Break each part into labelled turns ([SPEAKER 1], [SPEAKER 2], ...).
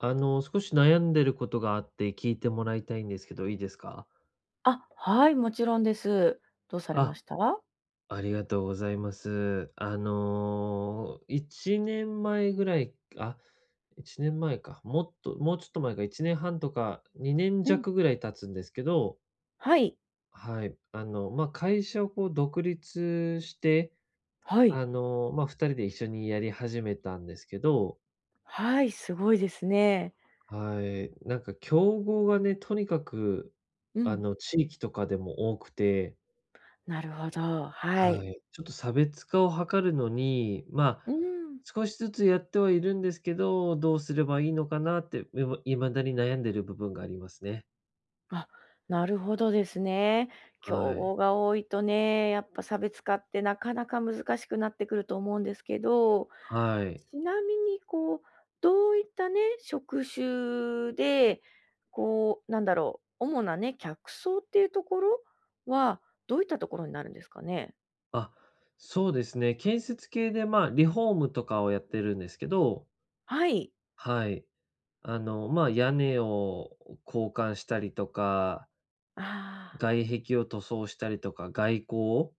[SPEAKER 1] 少し悩んでることがあって聞いてもらいたいんですけど、いいですか？
[SPEAKER 2] あ、はい、もちろんです。どうされま
[SPEAKER 1] あ、
[SPEAKER 2] した？
[SPEAKER 1] ありがとうございます。1年前ぐらいあ、1年前か。もっとちょっと前か、1年半とか2年
[SPEAKER 2] うん。
[SPEAKER 1] 弱ぐらい経つんですけど、
[SPEAKER 2] はい。
[SPEAKER 1] はい。会社を独立して、
[SPEAKER 2] はい。
[SPEAKER 1] 2人で一緒にやり始めたんですけど、
[SPEAKER 2] はい、すごいですね。
[SPEAKER 1] はい。なんか競合がね、とにかく、
[SPEAKER 2] うん。
[SPEAKER 1] 地域とかでも多くて、
[SPEAKER 2] なるほど、はい。
[SPEAKER 1] はい。ちょっと差別化を図るのに、
[SPEAKER 2] うん。
[SPEAKER 1] 少しずつやってはいるんですけど、どうすればいいのかなって、いま未だに悩んでる部分がありますね。
[SPEAKER 2] あ、なるほどですね。競
[SPEAKER 1] はい。
[SPEAKER 2] 合が多いとね、やっぱ差別化ってなかなか難しくなってくると思うんですけど、
[SPEAKER 1] はい。
[SPEAKER 2] ちなみにこう、どういったね、職種で、こう、なんだろう、主なね、客層っていうところは、どういったところになるんですかね？
[SPEAKER 1] あ、そうですね。建設系で、リフォームとかをやってるんですけど、
[SPEAKER 2] はい。
[SPEAKER 1] はい。屋根を交換したりとか、
[SPEAKER 2] ああ、
[SPEAKER 1] 外壁を塗装したりとか、外構を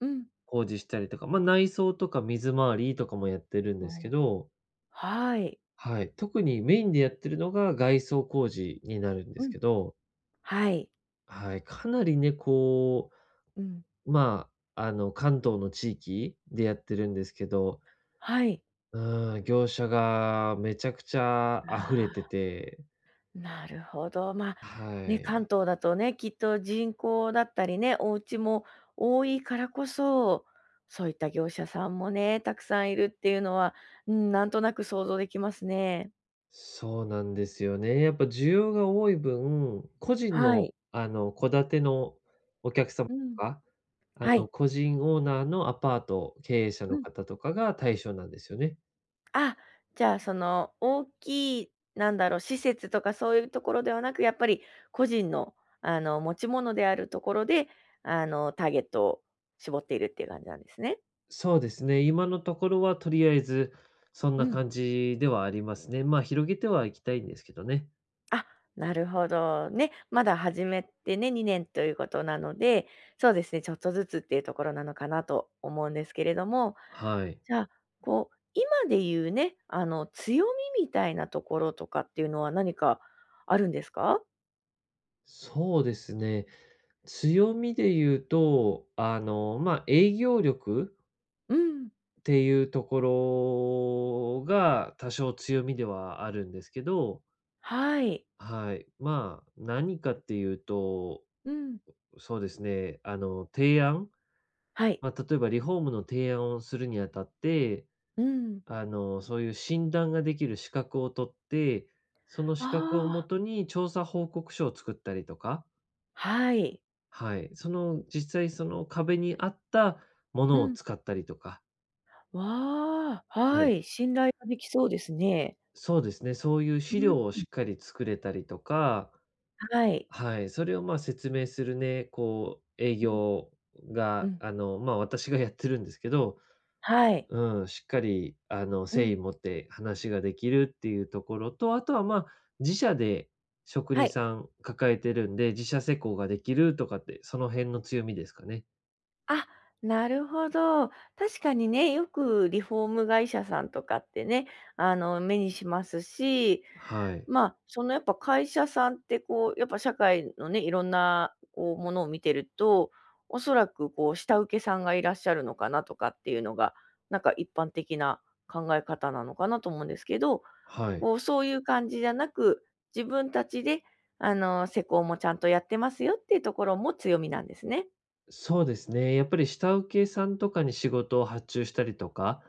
[SPEAKER 2] うん。
[SPEAKER 1] 工事したりとか、内装とか水回りとかもやってるんですけ
[SPEAKER 2] お、
[SPEAKER 1] ど、
[SPEAKER 2] はい。
[SPEAKER 1] はい、特にメインでやってるのが外装工事になるんです
[SPEAKER 2] うん。
[SPEAKER 1] けど、
[SPEAKER 2] はい。
[SPEAKER 1] はい、かなりね、
[SPEAKER 2] うん。
[SPEAKER 1] う、ま関東の地域でやってるんですけど、
[SPEAKER 2] はい。
[SPEAKER 1] うん、業者がめちゃくちゃ溢れ
[SPEAKER 2] あ
[SPEAKER 1] て
[SPEAKER 2] あ、
[SPEAKER 1] て、
[SPEAKER 2] なるほど。まあ、
[SPEAKER 1] は
[SPEAKER 2] ね、関
[SPEAKER 1] い。
[SPEAKER 2] 東だとね、きっと人口だったりね、お家も多いからこそ、そういった業者さんもね、たくさんいるっていうのは、うん、なんとなく想像できますね。
[SPEAKER 1] そうなんですよね。やっぱ需要が多い分、個人
[SPEAKER 2] は
[SPEAKER 1] の、
[SPEAKER 2] い。
[SPEAKER 1] 戸建てのお客様
[SPEAKER 2] う
[SPEAKER 1] と
[SPEAKER 2] ん。
[SPEAKER 1] か、
[SPEAKER 2] はい。
[SPEAKER 1] 個人オーナーのアパート経営者
[SPEAKER 2] う
[SPEAKER 1] の
[SPEAKER 2] ん。
[SPEAKER 1] 方とかが対象なんですよね。
[SPEAKER 2] あ、じゃあ、その、大きい、なんだろう、施設とかそういうところではなく、やっぱり個人の、あの、持ち物であるところで、あの、ターゲットを絞っているっていう感じなんですね。
[SPEAKER 1] そうですね、今のところはとりあえずそん
[SPEAKER 2] う
[SPEAKER 1] な
[SPEAKER 2] ん。
[SPEAKER 1] 感じではありますね。まあ、広げてはいきたいんですけどね。
[SPEAKER 2] あ、なるほどね。まだ始めてね、2年ということなので、そうですね、ちょっとずつっていうところなのかなと思うんですけれども、
[SPEAKER 1] はい。
[SPEAKER 2] じゃあ、こう、今で言うね、あの、強みみたいなところとかっていうのは何かあるんですか？
[SPEAKER 1] そうですね。強みで言うと、営業力
[SPEAKER 2] うん。
[SPEAKER 1] っていうところが多少強みではあるんですけど、
[SPEAKER 2] はい。
[SPEAKER 1] はい。まあ、何かっていうと、
[SPEAKER 2] うん。
[SPEAKER 1] そうですね、あの、提案、
[SPEAKER 2] はい。
[SPEAKER 1] まあ、例えばリフォームの提案をするにあたって、
[SPEAKER 2] うん。
[SPEAKER 1] そういう診断ができる資格を取って、その資格をも
[SPEAKER 2] ああ、
[SPEAKER 1] とに調査報告書を作ったりとか、
[SPEAKER 2] はい。
[SPEAKER 1] はい、実際その壁に合ったも
[SPEAKER 2] う
[SPEAKER 1] のを
[SPEAKER 2] ん。
[SPEAKER 1] 使ったりとか、
[SPEAKER 2] わあ、
[SPEAKER 1] は
[SPEAKER 2] は
[SPEAKER 1] い、
[SPEAKER 2] い、信頼ができそうですね。
[SPEAKER 1] そうですね、そういう
[SPEAKER 2] う
[SPEAKER 1] 資
[SPEAKER 2] ん、
[SPEAKER 1] 料をしっかり作れたりとか、
[SPEAKER 2] はい。
[SPEAKER 1] はい、それを説明するね、営
[SPEAKER 2] うん、
[SPEAKER 1] 業
[SPEAKER 2] う
[SPEAKER 1] が、
[SPEAKER 2] ん、
[SPEAKER 1] 私がやってるんですけど、
[SPEAKER 2] はい。
[SPEAKER 1] うん、しっかり、
[SPEAKER 2] う
[SPEAKER 1] 誠
[SPEAKER 2] ん、
[SPEAKER 1] 意持って話ができるっていうところと、あとは、自社で職
[SPEAKER 2] は
[SPEAKER 1] 人
[SPEAKER 2] い。
[SPEAKER 1] さん抱えてるんで、自社施工ができるとかって、その辺の強みですかね。
[SPEAKER 2] あ、なるほど。確かにね、よくリフォーム会社さんとかってね、あの、目にしますし、
[SPEAKER 1] はい。
[SPEAKER 2] まあ、そのやっぱ会社さんってこう、やっぱ社会のね、いろんなこうものを見てると、おそらくこう下請けさんがいらっしゃるのかなとかっていうのが、なんか一般的な考え方なのかなと思うんですけど、
[SPEAKER 1] はい。
[SPEAKER 2] こうそういう感じじゃなく、自分たちで、あの、施工もちゃんとやってますよっていうところも強みなんですね。
[SPEAKER 1] そうですね。やっぱり下請けさんとかに仕事を発注したりとか、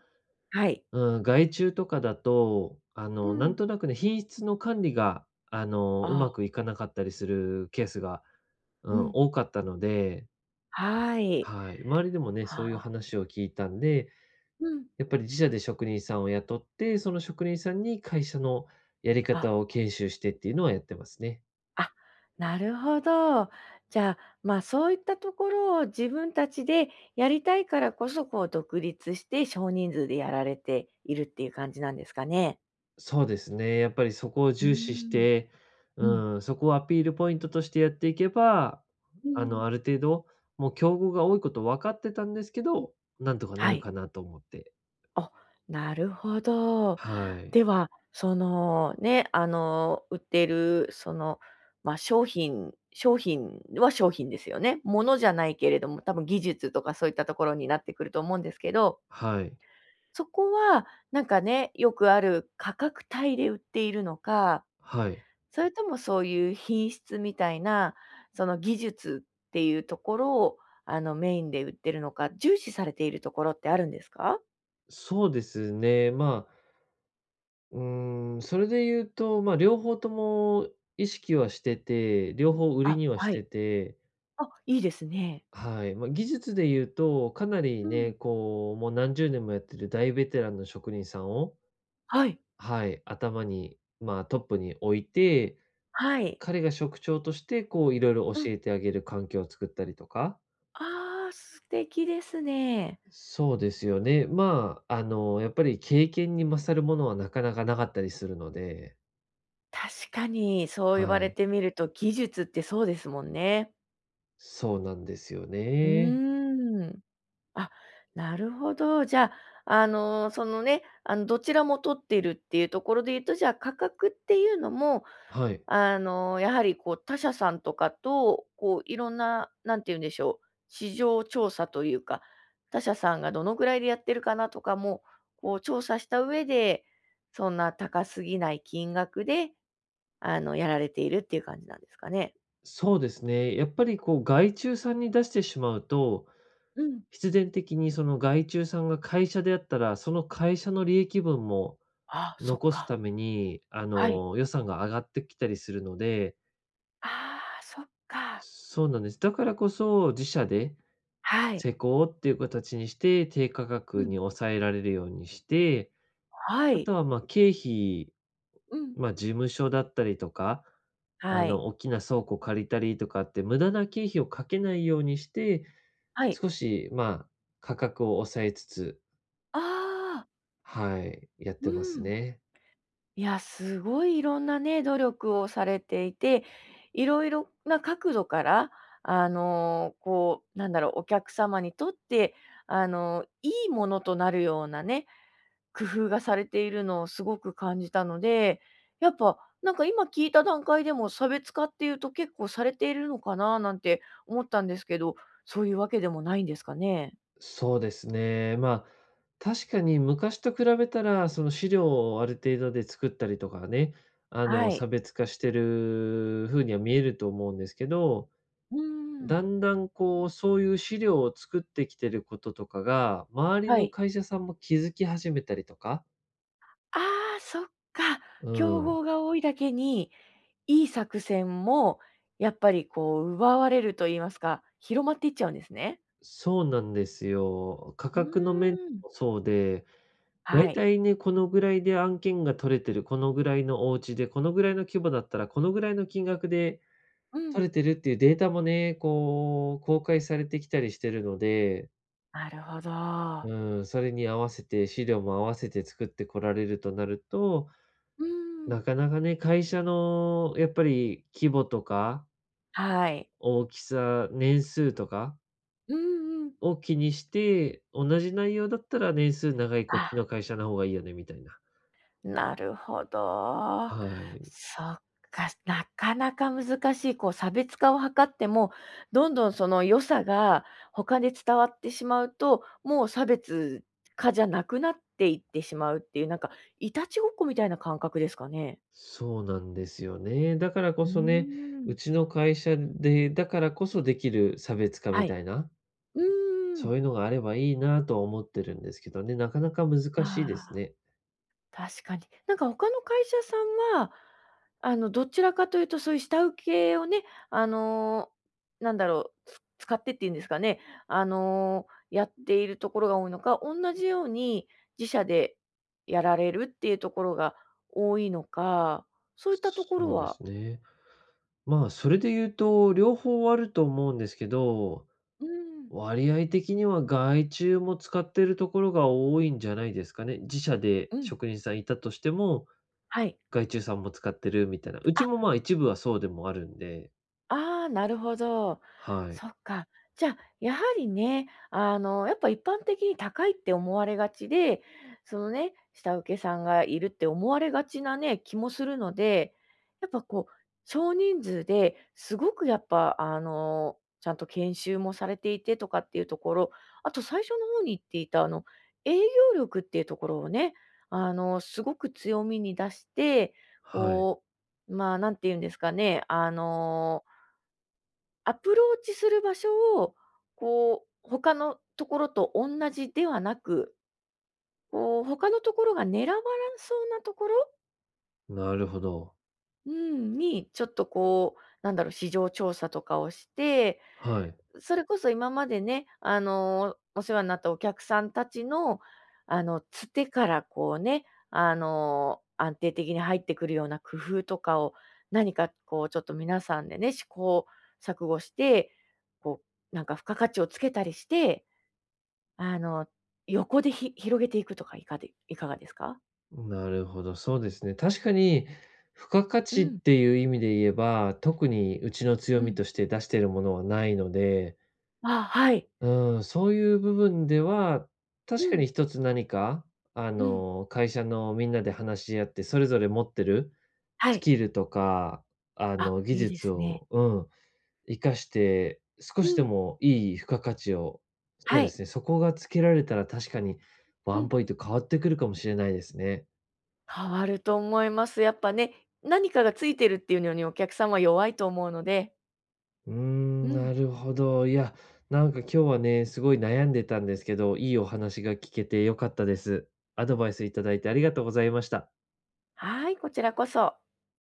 [SPEAKER 2] はい。
[SPEAKER 1] うん、外注とかだと、
[SPEAKER 2] う
[SPEAKER 1] なん
[SPEAKER 2] ん。
[SPEAKER 1] となくね、品質の管理が、う
[SPEAKER 2] あ
[SPEAKER 1] ま
[SPEAKER 2] あ、
[SPEAKER 1] くいかなかったりするケースが、う
[SPEAKER 2] う
[SPEAKER 1] ん、
[SPEAKER 2] ん。
[SPEAKER 1] 多かったので、
[SPEAKER 2] はい。
[SPEAKER 1] はい。周りでもね、
[SPEAKER 2] あ
[SPEAKER 1] そういう
[SPEAKER 2] あ。
[SPEAKER 1] 話を聞いたんで、
[SPEAKER 2] うん。
[SPEAKER 1] やっぱり自社で職人さんを雇って、その職人さんに会社のやり
[SPEAKER 2] あ。
[SPEAKER 1] 方を研修してっていうのはやってますね。
[SPEAKER 2] あ、なるほど。じゃあ、まあ、そういったところを自分たちでやりたいからこそ、こう独立して少人数でやられているっていう感じなんですかね？
[SPEAKER 1] そうですね。やっぱりそこを
[SPEAKER 2] うー
[SPEAKER 1] 重視し
[SPEAKER 2] ん。
[SPEAKER 1] て、
[SPEAKER 2] うん。
[SPEAKER 1] うん、そこをアピールポイントとしてやっていけば、
[SPEAKER 2] うん。
[SPEAKER 1] ある程度、もう競合が多いこと分かってたんですけど、なんとかな
[SPEAKER 2] は
[SPEAKER 1] る
[SPEAKER 2] い。
[SPEAKER 1] かなと思って。
[SPEAKER 2] あ、なるほど。
[SPEAKER 1] はい。
[SPEAKER 2] では、その、ね、あの、売ってるその、まあ、商品は商品ですよね。ものじゃないけれども、多分技術とかそういったところになってくると思うんですけど、
[SPEAKER 1] はい。
[SPEAKER 2] そこは、なんかね、よくある価格帯で売っているのか、
[SPEAKER 1] はい。
[SPEAKER 2] それともそういう品質みたいな、その技術っていうところを、あの、メインで売ってるのか、重視されているところってあるんですか？
[SPEAKER 1] そうですね。それで言うと、まあ、両方とも意識はしてて、両方売り
[SPEAKER 2] あ、
[SPEAKER 1] にはし
[SPEAKER 2] はい。
[SPEAKER 1] てて、
[SPEAKER 2] あ、いいですね。
[SPEAKER 1] はい。まあ、技術で言うと、かなり
[SPEAKER 2] うん。
[SPEAKER 1] ね、もう何十年もやってる大ベテランの職人さんを、
[SPEAKER 2] はい。
[SPEAKER 1] はい、頭に、まあ、トップに置いて、
[SPEAKER 2] はい。
[SPEAKER 1] 彼が職長として、いろいろ
[SPEAKER 2] う
[SPEAKER 1] 教
[SPEAKER 2] ん。
[SPEAKER 1] えてあげる環境を作ったりとか。
[SPEAKER 2] ああ、素敵ですね。
[SPEAKER 1] そうですよね。やっぱり経験に勝るものはなかなかなかったりするので、
[SPEAKER 2] 確かにそう言
[SPEAKER 1] は
[SPEAKER 2] われ
[SPEAKER 1] い。
[SPEAKER 2] てみると、技術ってそうですもんね。
[SPEAKER 1] そうなんですよ
[SPEAKER 2] う
[SPEAKER 1] ね。
[SPEAKER 2] ーん。あ、なるほど。じゃあ、あの、そのね、あの、どちらも取っているっていうところで言うと、じゃあ、価格っていうのも、
[SPEAKER 1] はい。
[SPEAKER 2] あの、やはりこう、他社さんとかと、こう、いろんな、なんて言うんでしょう、市場調査というか、他社さんがどのぐらいでやってるかなとかも、こう、調査した上で、そんな高すぎない金額で、あの、やられているっていう感じなんですかね。
[SPEAKER 1] そうですね。やっぱり外注さんに出してしまうと、
[SPEAKER 2] うん。
[SPEAKER 1] 必然的にその外注さんが会社であったら、その会社の利益分も
[SPEAKER 2] ああ、そっ
[SPEAKER 1] 残す
[SPEAKER 2] か。
[SPEAKER 1] ために、
[SPEAKER 2] はい。
[SPEAKER 1] 予算が上がってきたりするので、
[SPEAKER 2] ああ、そっか。
[SPEAKER 1] そうなんです。だからこそ、自社で
[SPEAKER 2] はい。
[SPEAKER 1] 施工っていう形にして、低価格に抑えられるようにして、
[SPEAKER 2] は
[SPEAKER 1] あと
[SPEAKER 2] い。
[SPEAKER 1] はまあ経費、
[SPEAKER 2] うん。
[SPEAKER 1] まあ事務所だったりとか、
[SPEAKER 2] はい。
[SPEAKER 1] 大きな倉庫借りたりとかって、無駄な経費をかけないようにして、
[SPEAKER 2] はい。
[SPEAKER 1] 少しあ価格を抑えつつ、
[SPEAKER 2] ああ、
[SPEAKER 1] はい、やっ
[SPEAKER 2] う
[SPEAKER 1] てます
[SPEAKER 2] ん。
[SPEAKER 1] ね。
[SPEAKER 2] いや、すごいいろんなね、努力をされていて、いろいろな角度から、あの、こう、なんだろう、お客様にとって、あの、いいものとなるようなね、工夫がされているのをすごく感じたので、やっぱ、なんか今聞いた段階でも差別化っていうと結構されているのかななんて思ったんですけど、そういうわけでもないんですかね。
[SPEAKER 1] そうですね。まあ、確かに昔と比べたら、その資料をある程度で作ったりとかね、
[SPEAKER 2] は
[SPEAKER 1] 差
[SPEAKER 2] い。
[SPEAKER 1] 別化してる風には見えると思うんですけど、
[SPEAKER 2] うーん。
[SPEAKER 1] だんだんそういう資料を作ってきてることとかが、周り
[SPEAKER 2] は
[SPEAKER 1] の
[SPEAKER 2] い。
[SPEAKER 1] 会社さんも気づき始めたりとか、
[SPEAKER 2] ああ、そっか。
[SPEAKER 1] う
[SPEAKER 2] 競
[SPEAKER 1] ん、
[SPEAKER 2] 合が多いだけに、いい作戦もやっぱりこう奪われると言いますか、広まっていっちゃうんですね。
[SPEAKER 1] そうなんですよ。価
[SPEAKER 2] う
[SPEAKER 1] 格の面
[SPEAKER 2] ーん。
[SPEAKER 1] もそうで、だ
[SPEAKER 2] は
[SPEAKER 1] い
[SPEAKER 2] い。
[SPEAKER 1] たいね、このぐらいで案件が取れてる、このぐらいのお家で、このぐらいの規模だったら、このぐらいの金額で
[SPEAKER 2] うん。
[SPEAKER 1] 取れてるっていうデータもね、公開されてきたりしてるので、
[SPEAKER 2] なるほど。
[SPEAKER 1] うん、それに合わせて、資料も合わせて作ってこられるとなると、
[SPEAKER 2] うーん。
[SPEAKER 1] なかなかね、会社のやっぱり規模とか、
[SPEAKER 2] はい。
[SPEAKER 1] 大きさ、年数とか
[SPEAKER 2] うんうん。
[SPEAKER 1] を気にして、同じ内容だったら年数長いこっち
[SPEAKER 2] あ、
[SPEAKER 1] の会社の方がいいよねみたいな。
[SPEAKER 2] なるほど。
[SPEAKER 1] はい。
[SPEAKER 2] そっか、なかなか難しい、こう、差別化を図っても、どんどんその良さが他で伝わってしまうと、もう差別化じゃなくなっていってしまうっていう、なんか、いたちごっこみたいな感覚ですかね？
[SPEAKER 1] そうなんですよね。だからこ
[SPEAKER 2] うー
[SPEAKER 1] そね、う
[SPEAKER 2] ん。
[SPEAKER 1] ちの会社で、だからこそできる差別化
[SPEAKER 2] は
[SPEAKER 1] み
[SPEAKER 2] い。
[SPEAKER 1] たいな、
[SPEAKER 2] うー
[SPEAKER 1] そ
[SPEAKER 2] ん。
[SPEAKER 1] ういうのがあればいいなとは思ってるんですけどね、なかなか難しいで
[SPEAKER 2] あ
[SPEAKER 1] す
[SPEAKER 2] あ。
[SPEAKER 1] ね。
[SPEAKER 2] 確かに。なんか他の会社さんは、あの、どちらかというとそういう下請けをね、あの、なんだろう、使ってっていうんですかね、あの、やっているところが多いのか、同じように自社でやられるっていうところが多いのか、そういったとこ
[SPEAKER 1] そ
[SPEAKER 2] ろ
[SPEAKER 1] うで
[SPEAKER 2] は
[SPEAKER 1] すね。まあ、それで言うと、両方あると思うんですけど、
[SPEAKER 2] うん、
[SPEAKER 1] 割合的には外注も使ってるところが多いんじゃないですかね。自社で
[SPEAKER 2] うん。
[SPEAKER 1] 職人さんいたとしても、
[SPEAKER 2] はい。
[SPEAKER 1] 外注さんも使ってるみたいな。うちもまあ一部はそうでもあるんで、
[SPEAKER 2] ああ、なるほど。
[SPEAKER 1] はい。
[SPEAKER 2] そっか。じゃあ、やはりね、あの、やっぱ一般的に高いって思われがちで、そのね、下請けさんがいるって思われがちなね、気もするので、やっぱこう、少人数ですごくやっぱ、あの、ちゃんと研修もされていてとかっていうところ、あと最初の方に言っていた、あの、営業力っていうところをね、あの、すごく強みに出して、
[SPEAKER 1] はい。
[SPEAKER 2] こう、まあ、なんて言うんですかね、あのアプローチする場所を、こう、他のところとおんなじではなく、こう、他のところが狙われそうなところ、
[SPEAKER 1] なるほど。
[SPEAKER 2] うん、に、ちょっとこう、なんだろう、市場調査とかをして、
[SPEAKER 1] はい。
[SPEAKER 2] それこそ今までね、あの、お世話になったお客さんたちの、あの、つてからこうね、あの、安定的に入ってくるような工夫とかを、何かこうちょっと皆さんでね、試行錯誤して、こう、なんか付加価値をつけたりして、あの、横で広げていくとかいかがですか？
[SPEAKER 1] なるほど、そうですね。確かに、付加価
[SPEAKER 2] う
[SPEAKER 1] 値っ
[SPEAKER 2] ん。
[SPEAKER 1] ていう意味で言えば、特にうちの
[SPEAKER 2] う
[SPEAKER 1] 強み
[SPEAKER 2] ん。
[SPEAKER 1] として出しているものはないので、
[SPEAKER 2] あ、はい。
[SPEAKER 1] うん、そういう部分では、
[SPEAKER 2] う
[SPEAKER 1] 確か
[SPEAKER 2] ん、
[SPEAKER 1] に一つ何か、
[SPEAKER 2] うん。
[SPEAKER 1] 会社のみんなで話し合って、それぞれ持ってる
[SPEAKER 2] は
[SPEAKER 1] ス
[SPEAKER 2] い。
[SPEAKER 1] キルとか、
[SPEAKER 2] あ、
[SPEAKER 1] 技
[SPEAKER 2] いいで
[SPEAKER 1] 術
[SPEAKER 2] すね。
[SPEAKER 1] を、うん、生かして、少
[SPEAKER 2] う
[SPEAKER 1] しで
[SPEAKER 2] ん。
[SPEAKER 1] もいい付加価値を、そう
[SPEAKER 2] は
[SPEAKER 1] で
[SPEAKER 2] い。
[SPEAKER 1] すね、そこがつけられたら確かに
[SPEAKER 2] う
[SPEAKER 1] ワン
[SPEAKER 2] ん。
[SPEAKER 1] ポイント変わってくるかもしれないですね。
[SPEAKER 2] 変わると思います。やっぱね、何かがついてるっていうのにお客さんは弱いと思うので。
[SPEAKER 1] うー
[SPEAKER 2] う
[SPEAKER 1] ん、
[SPEAKER 2] ん。
[SPEAKER 1] なるほど。いや、なんか今日はね、すごい悩んでたんですけど、いいお話が聞けて良かったです。アドバイスいただいてありがとうございました。
[SPEAKER 2] はい、こちらこそ。